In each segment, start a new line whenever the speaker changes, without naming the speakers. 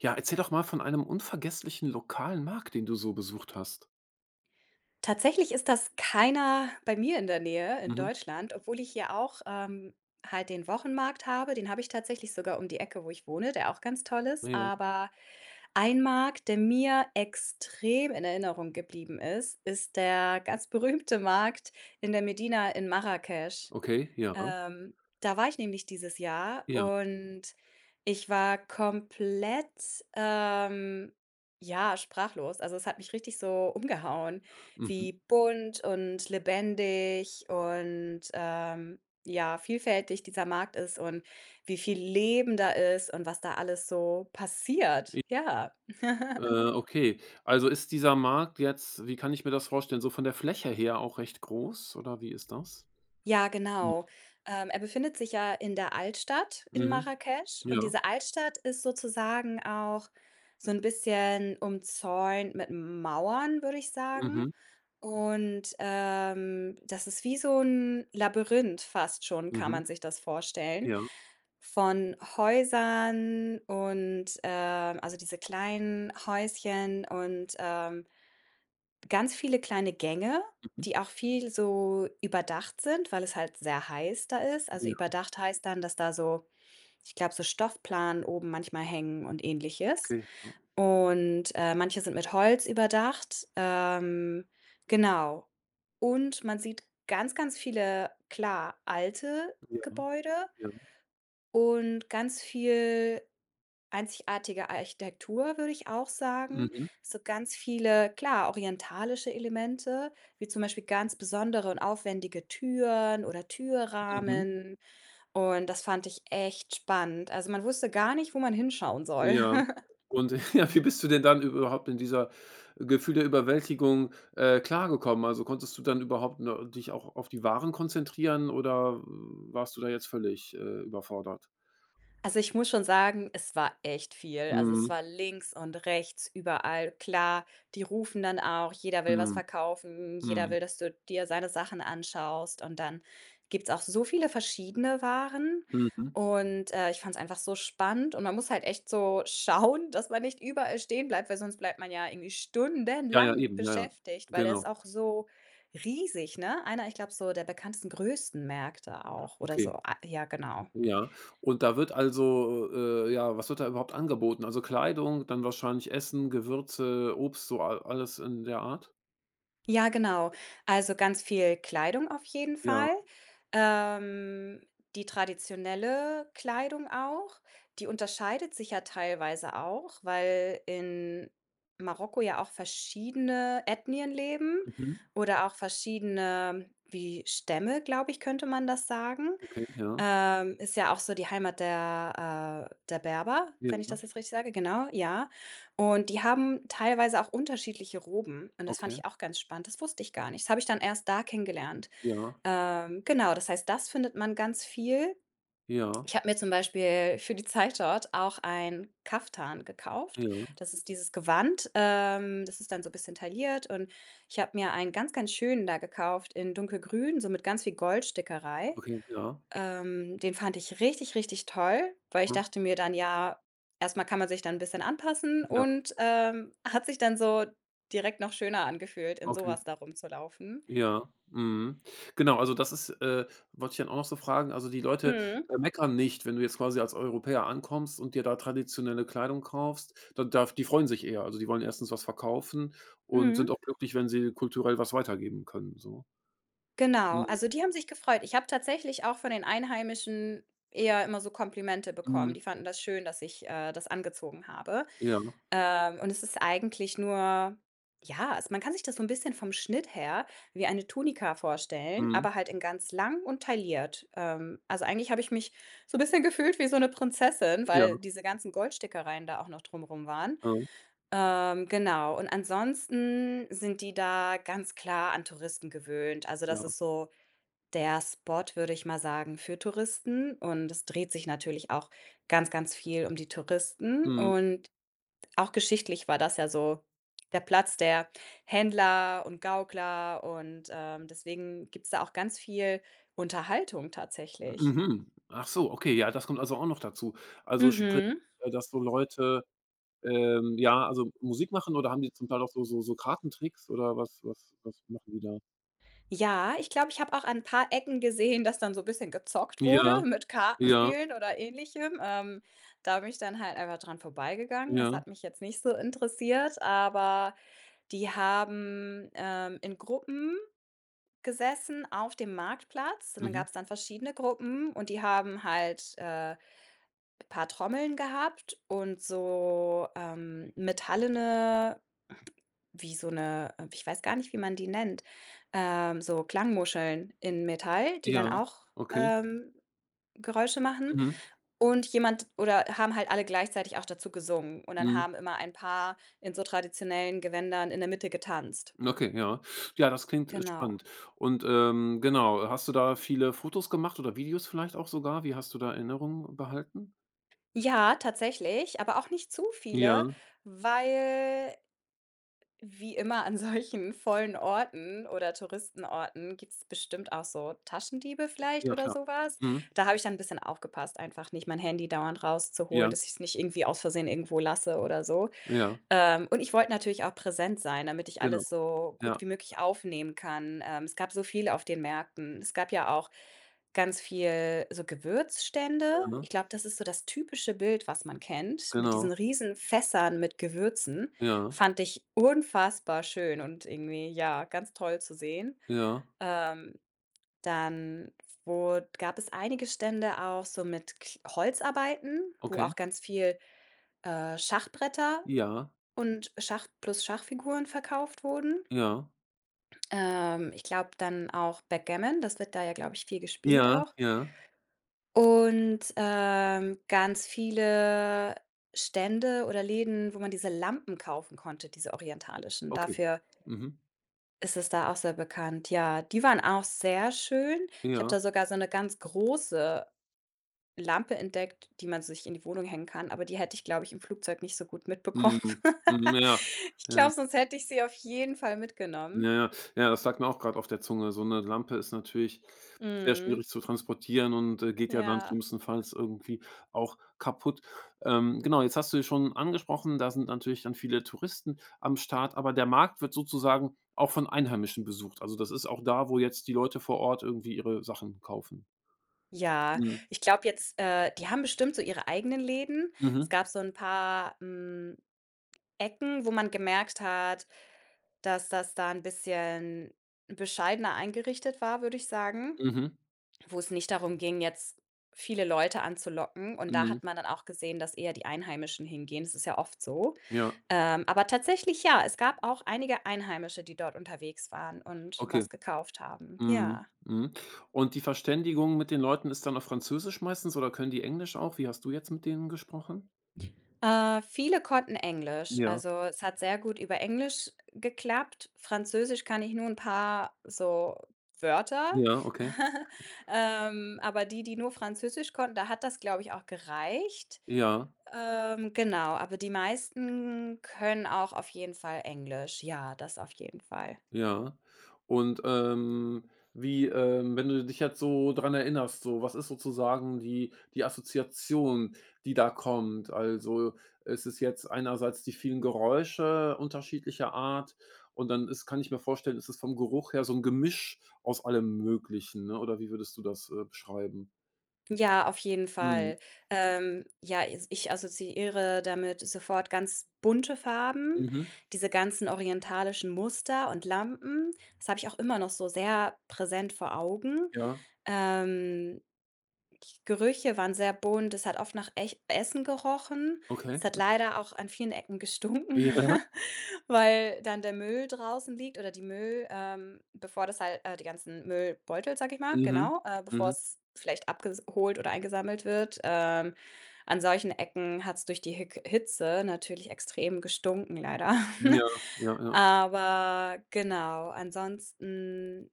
Ja, erzähl doch mal von einem unvergesslichen lokalen Markt, den du so besucht hast.
Tatsächlich ist das keiner bei mir in der Nähe in
Mhm.
Deutschland, obwohl ich hier auch, halt den Wochenmarkt habe. Den habe ich tatsächlich sogar um die Ecke, wo ich wohne, der auch ganz toll ist.
Ja.
Aber ein Markt, der mir extrem in Erinnerung geblieben ist, ist der ganz berühmte Markt in der Medina in Marrakesch.
Okay, ja,
Ähm, Da war ich nämlich dieses Jahr
ja.
und ich war komplett, ja, sprachlos. Also, es hat mich richtig so umgehauen,
Mhm.
wie bunt und lebendig und, ja, vielfältig dieser Markt ist und wie viel Leben da ist und was da alles so
I-
passiert. Ja.
Okay. Also ist dieser Markt jetzt wie kann ich mir das vorstellen, so von der Fläche her auch recht groß oder wie ist das?
Ja,
Mhm.
genau. Er befindet sich ja in der Altstadt in
Mhm.
Marrakesch und
Ja.
diese Altstadt ist sozusagen auch so ein bisschen umzäunt mit Mauern, würde ich sagen.
Mhm.
Und, das ist wie so ein Labyrinth fast schon, kann
Mhm.
man sich das vorstellen,
Ja.
von Häusern und, also, diese kleinen Häuschen und, ganz viele kleine Gänge,
Mhm.
die auch viel so überdacht sind, weil es halt sehr heiß da ist. Also
Ja,
überdacht heißt dann, dass da so, ich glaube, so Stoffplanen oben manchmal hängen und ähnliches.
okay. Ja.
Und manche sind mit Holz überdacht. Genau. Und man sieht ganz, ganz viele, klar, alte
Ja.
Gebäude
Ja.
und ganz viel einzigartige Architektur, würde ich auch sagen.
Mhm.
So ganz viele, klar, orientalische Elemente, wie zum Beispiel ganz besondere und aufwendige Türen oder
Mhm.
Türrahmen. Und das fand ich echt spannend. Also man wusste gar nicht, wo man hinschauen soll.
Ja. Und ja, wie bist du denn dann überhaupt in dieser Gefühl der Überwältigung, klargekommen? Also, konntest du dann überhaupt ne dich auch auf die Waren konzentrieren oder warst du da jetzt völlig, überfordert?
Also, ich muss schon sagen, es war echt viel. Also,
Mhm.
es war links und rechts, überall. Klar, die rufen dann auch, jeder will was
Mhm.
verkaufen, jeder
Mhm.
will, dass du dir seine Sachen anschaust und dann gibt's auch so viele verschiedene Waren
Mhm.
und, ich fand's einfach so spannend und man muss halt echt so schauen, dass man nicht überall stehen bleibt, weil sonst bleibt man ja irgendwie
Ja, ja,
stundenlang
eben. Ja, ja.
beschäftigt, weil der ist
Genau.
auch so riesig, ne? Einer, ich glaube, so der bekanntesten, größten Märkte auch oder so.
Okay.
A ja, genau.
Ja. Und da wird also, ja, was wird da überhaupt angeboten? Also, Kleidung, dann wahrscheinlich Essen, Gewürze, Obst, so a alles in der Art?
Ja, genau. Also ganz viel Kleidung auf jeden
Ja.
Fall. Ähm, Die traditionelle Kleidung auch, die unterscheidet sich ja teilweise auch, weil in Marokko ja auch verschiedene Ethnien leben
Mhm.
oder auch verschiedene, wie Stämme, glaube ich, könnte man das sagen.
Okay, ja.
Ist ja auch so die Heimat der, der Berber, wenn ich
Ja.
das jetzt richtig sage, genau, ja. Und die haben teilweise auch unterschiedliche Roben und das fand
Okay.
ich auch ganz spannend. Das wusste ich gar nicht. Das habe ich dann erst da kennengelernt.
Ja.
Genau, das heißt, das findet man ganz viel.
Ja,
Ich habe mir zum Beispiel für die Zeit dort auch ein Kaftan gekauft.
ja,
Das ist dieses Gewand, das ist dann so ein bisschen tailliert und ich habe mir einen ganz, ganz schönen da gekauft in dunkelgrün, so mit ganz viel Goldstickerei.
okay, ja,
Den fand ich richtig, richtig toll, weil ich
mhm,
dachte mir dann: „Ja, erstmal kann man sich dann ein bisschen anpassen"
ja,
und, hat sich dann so direkt noch schöner angefühlt, in
okay,
sowas was da rumzulaufen.
ja, mhm. Genau, also das ist wollte ich dann auch noch so fragen. Also, die Leute,
Mhm,
meckern nicht, wenn du jetzt quasi als Europäer ankommst und dir da traditionelle Kleidung kaufst, dann darf die freuen sich eher. Also, die wollen erstens was verkaufen und sind
mhm,
auch glücklich, wenn sie kulturell was weitergeben können, so.
genau.
Mhm,
Also, die haben sich gefreut. Ich habe tatsächlich auch von den Einheimischen eher immer so Komplimente bekommen.
mhm,
Die fanden das schön, dass ich, das angezogen habe.
ja,
Und es ist eigentlich nur ja, also, man kann sich das so ein bisschen vom Schnitt her wie eine Tunika vorstellen,
mhm,
aber halt in ganz lang und tailliert. Also, eigentlich habe ich mich so ein bisschen gefühlt wie so eine Prinzessin,
ja,
weil diese ganzen Goldstickereien da auch noch drumrum waren.
ja,
Genau, und ansonsten sind die da ganz klar an Touristen gewöhnt. Also,
ja,
das ist so der Spot, würde ich mal sagen, für Touristen und es dreht sich natürlich auch ganz, ganz viel um die Touristen
mhm,
und auch geschichtlich war das ja so der Platz der Händler und Gaukler und, deswegen gibt's da auch ganz viel Unterhaltung tatsächlich.
mhm. Ach so, okay, ja, das kommt also auch noch dazu. Also, sprich,
Mhm.
dass so Leute ja, also Musik machen oder haben die zum Teil auch so Kartentricks oder was machen die da?
Ja, ich glaube, ich habe auch an 'n paar Ecken gesehen, dass dann so ein bisschen gezockt
Ja,
wurde mit
ja,
Kartenspielen oder Ähnlichem. Da bin ich dann halt einfach dran vorbeigegangen. Das
ja,
hat mich jetzt nicht so interessiert, aber die haben, in Gruppen gesessen auf dem Marktplatz und dann
mhm,
gab's dann verschiedene Gruppen und die haben halt, ein paar Trommeln gehabt und so, metallene wie so 'ne ich weiß gar nicht, wie man die nennt, so Klangmuscheln in Metall, die
ja,
dann auch,
okay,
ähm, Geräusche machen
mhm,
und jemand oder haben halt alle gleichzeitig auch dazu gesungen und dann
mhm,
haben immer ein paar in so traditionellen Gewändern in der Mitte getanzt.
okay, ja. Ja, das klingt,
Genau.
spannend. Und, genau, hast du da viele Fotos gemacht oder Videos vielleicht auch sogar? Wie hast du da Erinnerungen behalten?
Ja, tatsächlich, aber auch nicht zu
Ja,
viele, weil wie immer an solchen vollen Orten oder Touristenorten gibt's bestimmt auch so Taschendiebe vielleicht
ja
oder
klar.
sowas.
Mhm,
Da habe ich dann ein bisschen aufgepasst, einfach nicht mein Handy dauernd rauszuholen,
ja,
dass ich es nicht irgendwie aus Versehen irgendwo lasse oder so.
ja,
Und ich wollte natürlich auch präsent sein, damit ich
genau.
alles so
Ja,
gut wie möglich aufnehmen kann. Es gab so viel auf den Märkten. Es gab ja auch ganz viel so Gewürzstände.
ja,
Ich glaube, das ist so das typische Bild, was man kennt, mit
genau.
diesen riesen Fässern mit Gewürzen.
Ja,
Fand ich unfassbar schön und irgendwie, ja, ganz toll zu sehen.
ja,
Ähm, Dann wo, gab es einige Stände auch so mit Holzarbeiten, wo
okay.
auch ganz viel Schachbretter
Ja,
und Schach plus Schachfiguren verkauft wurden.
ja,
Ich glaube dann auch Backgammon, das wird da ja, glaube ich, viel gespielt
ja,
auch.
ja,
Und, ganz viele Stände oder Läden, wo man diese Lampen kaufen konnte, diese orientalischen.
okay.
Dafür
Mhm.
ist es da auch sehr bekannt. Ja, die waren auch sehr schön. Ich habe
Ja,
da sogar so eine ganz große Lampe entdeckt, die man sich in die Wohnung hängen kann, aber die hätte ich, glaube ich, im Flugzeug nicht so gut mitbekommen.
mhm, mhm, ja,
Ich
ja,
glaube, sonst hätte ich sie auf jeden Fall
ja,
mitgenommen.
ja. Ja, das lag mir auch grad auf der Zunge. So 'ne Lampe ist natürlich sehr
Mhm.
schwierig zu transportieren und, geht ja dann
Ja.
schlimmstenfalls irgendwie auch kaputt. Genau, jetzt hast du ja schon angesprochen, da sind natürlich dann viele Touristen am Start, aber der Markt wird sozusagen auch von Einheimischen besucht. Also, das ist auch da, wo jetzt die Leute vor Ort irgendwie ihre Sachen kaufen.
Ja,
Mhm.
ich glaube jetzt die haben bestimmt so ihre eigenen Läden. Es
Mhm.
gab so ein paar, Ecken, wo man gemerkt hat, dass das da ein bisschen bescheidener eingerichtet war, würde ich sagen,
Mhm.
wo es nicht darum ging, jetzt viele Leute anzulocken. Und da
Mhm.
hat man dann auch gesehen, dass eher die Einheimischen hingehen. Das ist ja oft so.
Ja,
Aber tatsächlich ja, es gab auch einige Einheimische, die dort unterwegs waren und
okay.
was gekauft haben.
Mhm,
Ja.
mhm. Und die Verständigung mit den Leuten ist dann auf Französisch meistens oder können die Englisch auch? Wie hast du jetzt mit denen gesprochen?
Viele konnten Englisch.
Ja,
Also, es hat sehr gut über Englisch geklappt. Französisch kann ich nur ein paar so Wörter.
ja, okay.
Aber die, die nur Französisch konnten, da hat das, glaube ich, auch gereicht.
Ja,
Genau, aber die meisten können auch auf jeden Fall Englisch. Ja, das auf jeden Fall.
ja. Und, wie, wenn du dich jetzt so dran erinnerst, so, was ist sozusagen die die Assoziation, die da kommt? Also, ist es jetzt einerseits die vielen Geräusche unterschiedlicher Art und dann ist kann ich mir vorstellen, ist es vom Geruch her so ein Gemisch aus allem Möglichen, ne? Oder wie würdest du das, beschreiben?
Ja, auf jeden
Mhm.
Fall. Ja, is ich assoziiere damit sofort ganz bunte Farben,
Mhm.
diese ganzen orientalischen Muster und Lampen. Das habe ich auch immer noch so sehr präsent vor Augen.
Ja,
Ähm, Gerüche waren sehr bunt. Es hat oft nach echt Essen gerochen.
okay.
Es hat leider auch an vielen Ecken gestunken,
Ja.
weil dann der Müll draußen liegt oder die Müll bevor das halt die ganzen Müllbeutel, sag ich mal,
Mhm.
genau, bevor
Mhm.
es vielleicht abgeholt oder eingesammelt wird. An solchen Ecken hat es durch die Hick Hitze natürlich extrem gestunken leider.
Ja, ja, ja.
Aber genau, ansonsten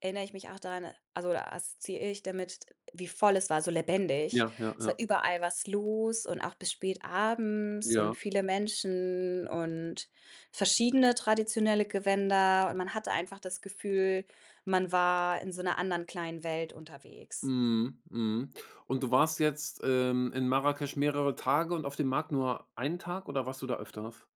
erinnere ich mich auch daran also, oder assoziiere ich damit, wie voll es war, so lebendig.
Ja, ja,
Es war
ja,
überall was los und auch bis spät abends
ja.
und viele Menschen und verschiedene traditionelle Gewänder und man hatte einfach das Gefühl, man war in so einer anderen kleinen Welt unterwegs.
Mhm, mhm. Und du warst jetzt, in Marrakesch mehrere Tage und auf dem Markt nur einen Tag oder warst du da öfters?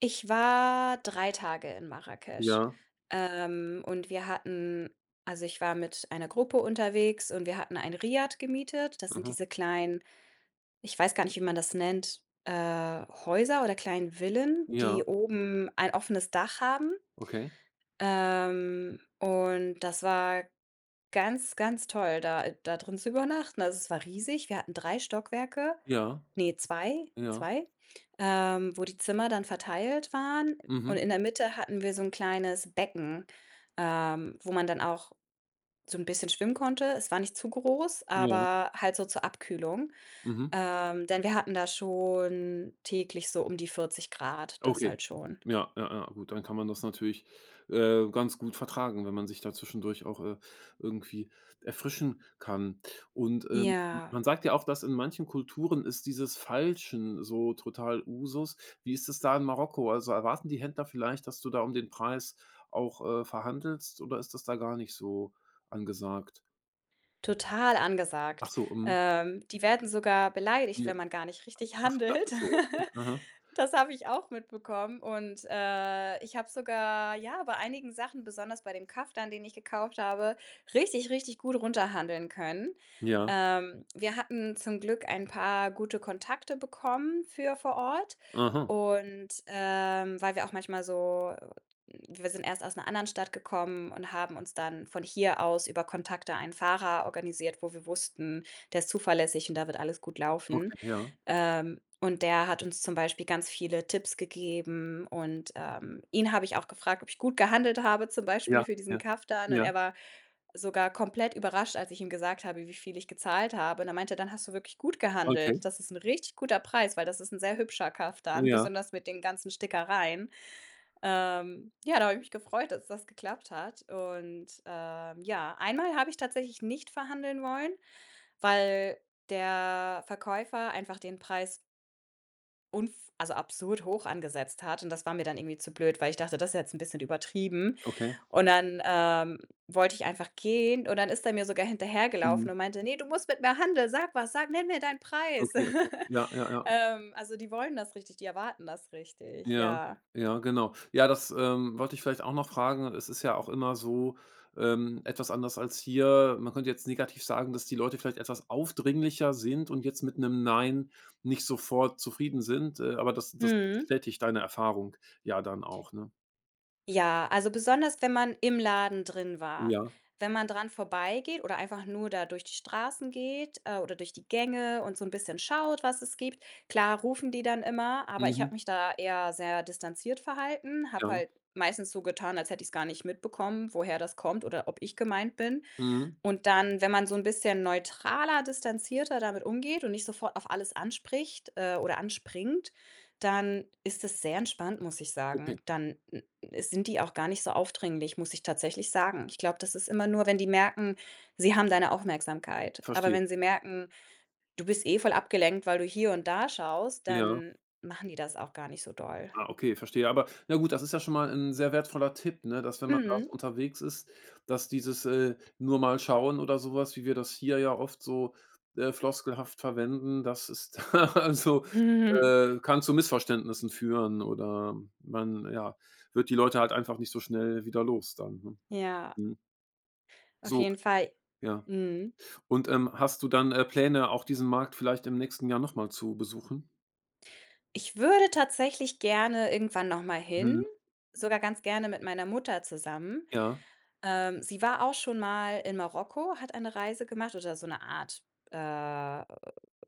Ich war 3 Tage in Marrakesch,
Ja.
und wir hatten also, ich war mit einer Gruppe unterwegs und wir hatten ein Riad gemietet. Das sind
Mhm.
diese kleinen ich weiß gar nicht, wie man das nennt, Häuser oder kleinen Villen,
Ja,
die oben ein offenes Dach haben.
okay.
Und das war ganz, ganz toll, da drin zu übernachten. Also es war riesig. Wir hatten 3 Stockwerke,
Ja,
nee, zwei,
ja.
zwei, wo die Zimmer dann verteilt waren. Und
Mhm.
in der Mitte hatten wir so ein kleines Becken, wo man dann auch so ein bisschen schwimmen konnte. Es war nicht zu groß,
Ja.
aber halt so zur Abkühlung.
Mhm.
Denn wir hatten da schon täglich so um die 40 Grad, das
Okay.
halt schon.
Ja, ja, ja, gut, dann kann man das natürlich, ganz gut vertragen, wenn man sich da zwischendurch auch, irgendwie erfrischen kann. Und,
Ja,
man sagt ja auch, dass in manchen Kulturen ist dieses Feilschen so total Usus. Wie ist es da in Marokko? Also, erwarten die Händler vielleicht, dass du da um den Preis auch, verhandelst oder ist das da gar nicht so angesagt?
total
Ach
angesagt.
so, mhm.
Die werden sogar beleidigt,
Ja.
wenn man gar nicht richtig
Ach so, das
handelt.
ist so, okay. Aha.
Das habe ich auch mitbekommen und, ich habe sogar, ja, bei einigen Sachen, besonders bei dem Kaftan, den ich gekauft habe, richtig, richtig gut runterhandeln können.
Ja.
Wir hatten zum Glück ein paar gute Kontakte bekommen für vor Ort
Aha.
und, weil wir auch manchmal so wir sind erst aus einer anderen Stadt gekommen und haben uns dann von hier aus über Kontakte einen Fahrer organisiert, wo wir wussten, der ist zuverlässig und da wird alles gut laufen.
Okay, ja.
Und der hat uns zum Beispiel ganz viele Tipps gegeben und, ihn habe ich auch gefragt, ob ich gut gehandelt habe, zum
Ja,
Beispiel für diesen
ja.
Kaftan. Und
Ja,
er war sogar komplett überrascht, als ich ihm gesagt habe, wie viel ich gezahlt habe. Und er meinte: „Dann hast du wirklich gut
okay.
gehandelt. Das ist ein richtig guter Preis, weil das ist ein sehr hübscher Kaftan,
Ja.
besonders mit den ganzen Stickereien." Ja, da habe ich mich gefreut, dass das geklappt hat. Und, ja, einmal habe ich tatsächlich nicht verhandeln wollen, weil der Verkäufer einfach den Preis unf also, absurd hoch angesetzt hat und das war mir dann irgendwie zu blöd, weil ich dachte, das ist jetzt ein bisschen übertrieben
Okay.
und dann, wollte ich einfach gehen und dann ist er mir sogar
Mhm.
hinterhergelaufen und meinte: nee du musst mit mir handeln. Sag was, sag nenn mir deinen Preis."
Okay, okay. Ja, ja, ja.
Also, die wollen das richtig, die erwarten das richtig,
Ja,
ja.
ja, genau. Ja, das, wollte ich vielleicht auch noch fragen. Es ist ja auch immer so, etwas anders als hier. Man könnte jetzt negativ sagen, dass die Leute vielleicht etwas aufdringlicher sind und jetzt mit einem Nein nicht sofort zufrieden sind, aber das
Mhm.
bestätigt deine Erfahrung ja dann auch, ne?
Ja, also besonders, wenn man im Laden drin war.
Ja.
Wenn man dran vorbeigeht oder einfach nur da durch die Straßen geht, oder durch die Gänge und so ein bisschen schaut, was es gibt. Klar rufen die dann immer, aber ich
Mhm.
habe mich da eher sehr distanziert verhalten, habe
Ja.
halt meistens so getan, als hätte ich es gar nicht mitbekommen, woher das kommt oder ob ich gemeint bin.
Mhm.
Und dann, wenn man so ein bisschen neutraler, distanzierter damit umgeht und nicht sofort auf alles anspricht, oder anspringt, dann ist es sehr entspannt, muss ich
Okay,
sagen. Dann, n sind die auch gar nicht so aufdringlich, muss ich tatsächlich sagen. Ich glaube, das ist immer nur, wenn die merken, sie haben deine Aufmerksamkeit. Aber
verstehe.
wenn sie merken, du bist eh voll abgelenkt, weil du hier und da schaust,
Ja.
dann machen die das auch gar nicht so doll.
Ah, okay, verstehe. Aber na gut, das ist ja schon mal ein sehr wertvoller Tipp, ne, dass wenn man da so
Mhm.
unterwegs ist, dass dieses, nur mal schauen oder sowas, wie wir das hier ja oft so, floskelhaft verwenden, das ist also, kann zu Missverständnissen führen oder man, ja, wird die Leute halt einfach nicht so schnell wieder los dann, ne?
Ja,
Mhm.
auf
So,
jeden Fall.
ja.
Mhm.
Und, hast du dann, Pläne, auch diesen Markt vielleicht im nächsten Jahr nochmal zu besuchen?
Ich würde tatsächlich gerne irgendwann noch mal hin,
Mhm.
sogar ganz gerne mit meiner Mutter zusammen.
Ja.
Sie war auch schon mal in Marokko, hat eine Reise gemacht oder so eine Art, äh,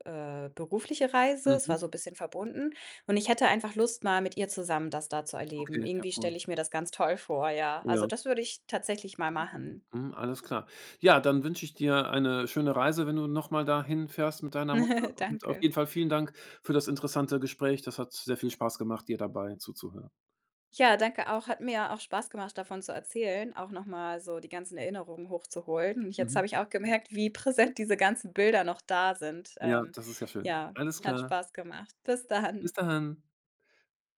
berufliche Reise. Es war
Mhm.
so ein bisschen verbunden und ich hätte einfach Lust, mal mit ihr zusammen das da zu erleben.
Okay, ja
Irgendwie
cool.
stelle ich mir das ganz toll vor, ja. Also,
Ja.
das würde ich tatsächlich mal
Mhm.
machen.
Mhm, alles klar. Ja, dann wünsche ich dir eine schöne Reise, wenn du noch mal dahin fährst mit deiner Mutter und auf
Danke.
jeden Fall vielen Dank für das interessante Gespräch. Das hat sehr viel Spaß gemacht, dir dabei zuzuhören.
Ja, danke auch. Hat mir auch Spaß gemacht, davon zu erzählen, auch noch mal so die ganzen Erinnerungen hochzuholen. Und jetzt
Mhm.
habe ich auch gemerkt, wie präsent diese ganzen Bilder noch da sind.
Ja, das ist ja schön.
Ja,
Alles
hat
klar.
Spaß gemacht. Bis
Bis
dann.
dahin.